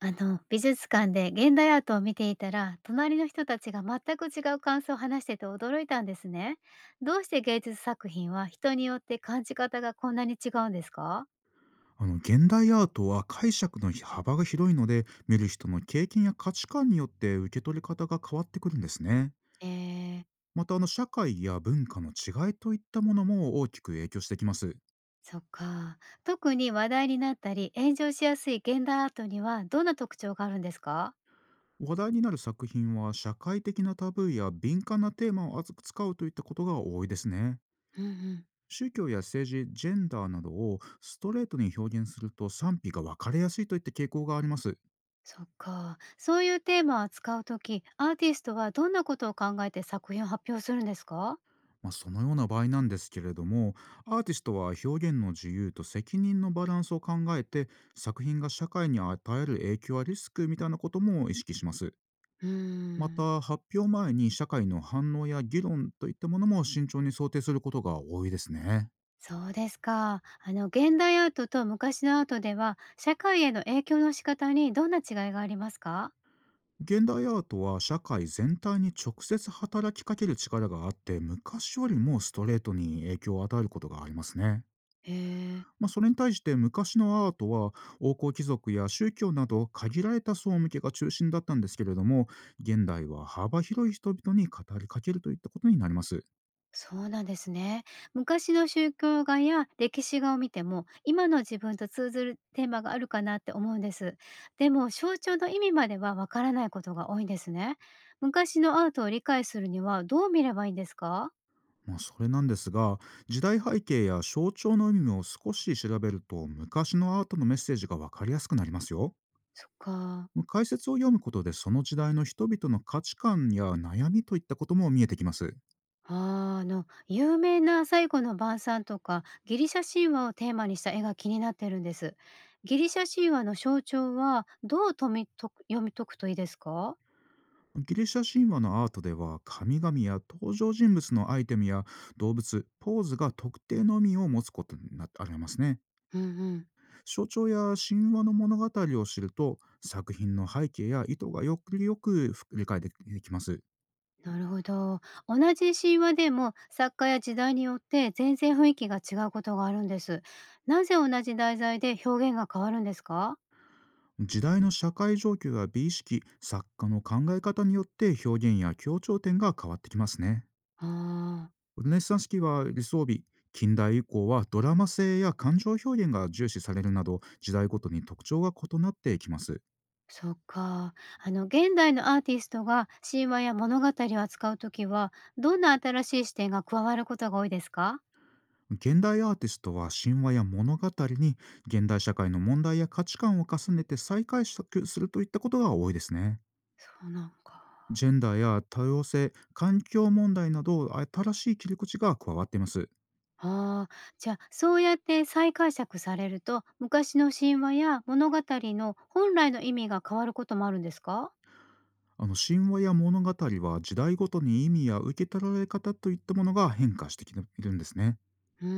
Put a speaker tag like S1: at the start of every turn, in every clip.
S1: 美術館で現代アートを見ていたら、隣の人たちが全く違う感想を話してて驚いたんですね。どうして芸術作品は人によって感じ方がこんなに違うんですか？
S2: 現代アートは解釈の幅が広いので、見る人の経験や価値観によって受け取り方が変わってくるんですね。
S1: えー、
S2: また社会や文化の違いといったものも大きく影響してきます。
S1: そっか。特に話題になったり炎上しやすい現代アートにはどんな特徴があるんですか？
S2: 話題になる作品は社会的なタブーや敏感なテーマを扱うといったことが多いですね。
S1: うんうん。
S2: 宗教や政治、ジェンダーなどをストレートに表現すると賛否が分かれやすいといった傾向があります。
S1: そっか。そういうテーマを扱うとき、アーティストはどんなことを考えて作品を発表するんですか？
S2: まあ、そのような場合なんですけれども、アーティストは表現の自由と責任のバランスを考えて、作品が社会に与える影響やリスクみたいなことも意識します。
S1: うー
S2: ま
S1: ん。
S2: た発表前に社会の反応や議論といったものも慎重に想定することが多いですね。
S1: そうですか。あの現代アートと昔のアートでは社会への影響の仕方にどんな違いがありますか？
S2: 現代アートは社会全体に直接働きかける力があって、昔よりもストレートに影響を与えることがありますね。
S1: へえ、
S2: まあ、それに対して昔のアートは王侯貴族や宗教など限られた層向けが中心だったんですけれども、現代は幅広い人々に語りかけるといったことになります。
S1: そうなんですね。昔の宗教画や歴史画を見ても今の自分と通ずるテーマがあるかなって思うんです。でも象徴の意味まではわからないことが多いんですね。昔のアートを理解するにはどう見ればいいんですか？
S2: まあ、それなんですが、時代背景や象徴の意味を少し調べると昔のアートのメッセージがわかりやすくなりますよ。
S1: そっか。
S2: 解説を読むことでその時代の人々の価値観や悩みといったことも見えてきます。
S1: あー、あの有名な「最後の晩餐」とかギリシャ神話をテーマにした絵が気になってるんです。ギリシャ神話の象徴はどうとみと読み解くといいですか？
S2: ギリシャ神話のアートでは神々や登場人物のアイテムや動物、ポーズが特定の意味を持つことになってありますね。
S1: うんうん。
S2: 象徴や神話の物語を知ると、作品の背景や意図がよくよく理解できます。
S1: なるほど。同じ神話でも作家や時代によって全然雰囲気が違うことがあるんです。なぜ同じ題材で表現が変わるんですか？
S2: 時代の社会状況や美意識、作家の考え方によって表現や強調点が変わってきますね。
S1: ああー。
S2: ルネサンス期は理想美、近代以降はドラマ性や感情表現が重視されるなど、時代ごとに特徴が異なってきます。
S1: そっか。現代のアーティストが神話や物語を扱うときは、どんな新しい視点が加わることが多いですか？
S2: 現代アーティストは神話や物語に現代社会の問題や価値観を重ねて再解釈するといったことが多いですね。
S1: そうなんか。
S2: ジェンダーや多様性、環境問題など新しい切り口が加わっています。
S1: ああ、じゃあ、そうやって再解釈されると、昔の神話や物語の本来の意味が変わることもあるんですか？
S2: 神話や物語は時代ごとに意味や受け取られ方といったものが変化してきているんですね。
S1: うー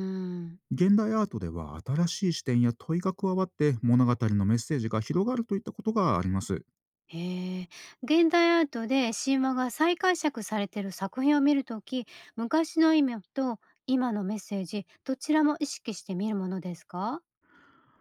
S1: ん。
S2: 現代アートでは新しい視点や問いが加わって、物語のメッセージが広がるといったことがあります。
S1: へえ。現代アートで神話が再解釈されている作品を見るとき、昔の意味と今のメッセージ、どちらも意識して見るものですか？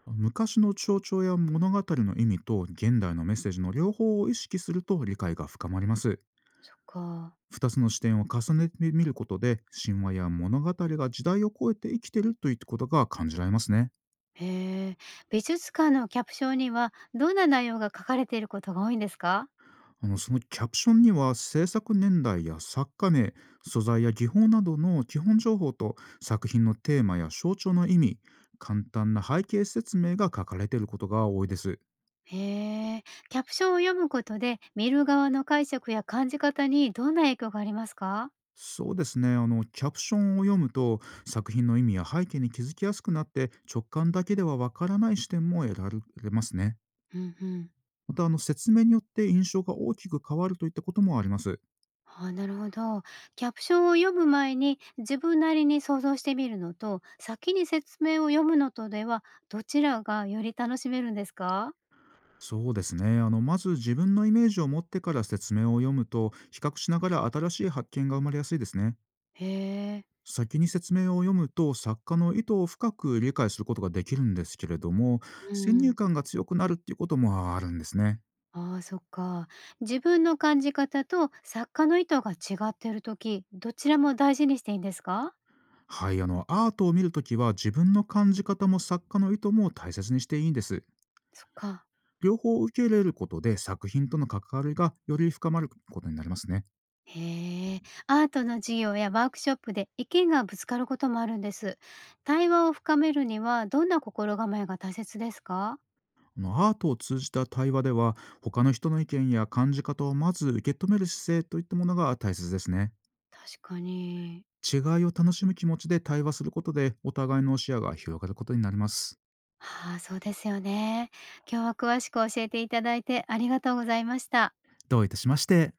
S2: 昔の象徴や物語の意味と現代のメッセージの両方を意識すると理解が深まります。
S1: そっか。
S2: 二つの視点を重ねてみることで、神話や物語が時代を超えて生きているということが感じられますね。
S1: へえ、美術館のキャプションにはどんな内容が書かれていることが多いんですか？
S2: そのキャプションには制作年代や作家名、素材や技法などの基本情報と、作品のテーマや象徴の意味、簡単な背景説明が書かれていることが多いです。
S1: へえ、キャプションを読むことで見る側の解釈や感じ方にどんな影響がありますか？
S2: そうですね。キャプションを読むと、作品の意味や背景に気づきやすくなって、直感だけではわからない視点も得られますね。
S1: うんうん。
S2: また、説明によって印象が大きく変わるといったこともあります。
S1: ああ、なるほど。キャプションを読む前に自分なりに想像してみるのと、先に説明を読むのとでは、どちらがより楽しめるんですか？
S2: そうですね。まず自分のイメージを持ってから説明を読むと、比較しながら新しい発見が生まれやすいですね。
S1: へえ、
S2: 先に説明を読むと、作家の意図を深く理解することができるんですけれども、
S1: う
S2: 先入
S1: ん。
S2: 観が強くなるっていうこともあるんですね。
S1: ああ、そっか。自分の感じ方と作家の意図が違ってる時、どちらも大事にしていいんですか？
S2: はい、アートを見るときは自分の感じ方も作家の意図も大切にしていいんです。
S1: そっか。
S2: 両方を受け入れることで作品との関わりがより深まることになりますね。
S1: へえ。アートの授業やワークショップで意見がぶつかることもあるんです。対話を深めるにはどんな心構えが大切ですか？
S2: アートを通じた対話では、他の人の意見や感じ方をまず受け止める姿勢といったものが大切ですね。
S1: 確かに。
S2: 違いを楽しむ気持ちで対話することで、お互いの視野が広がることになります。
S1: ああ、そうですよね。今日は詳しく教えていただいてありがとうございました。
S2: どういたしまして。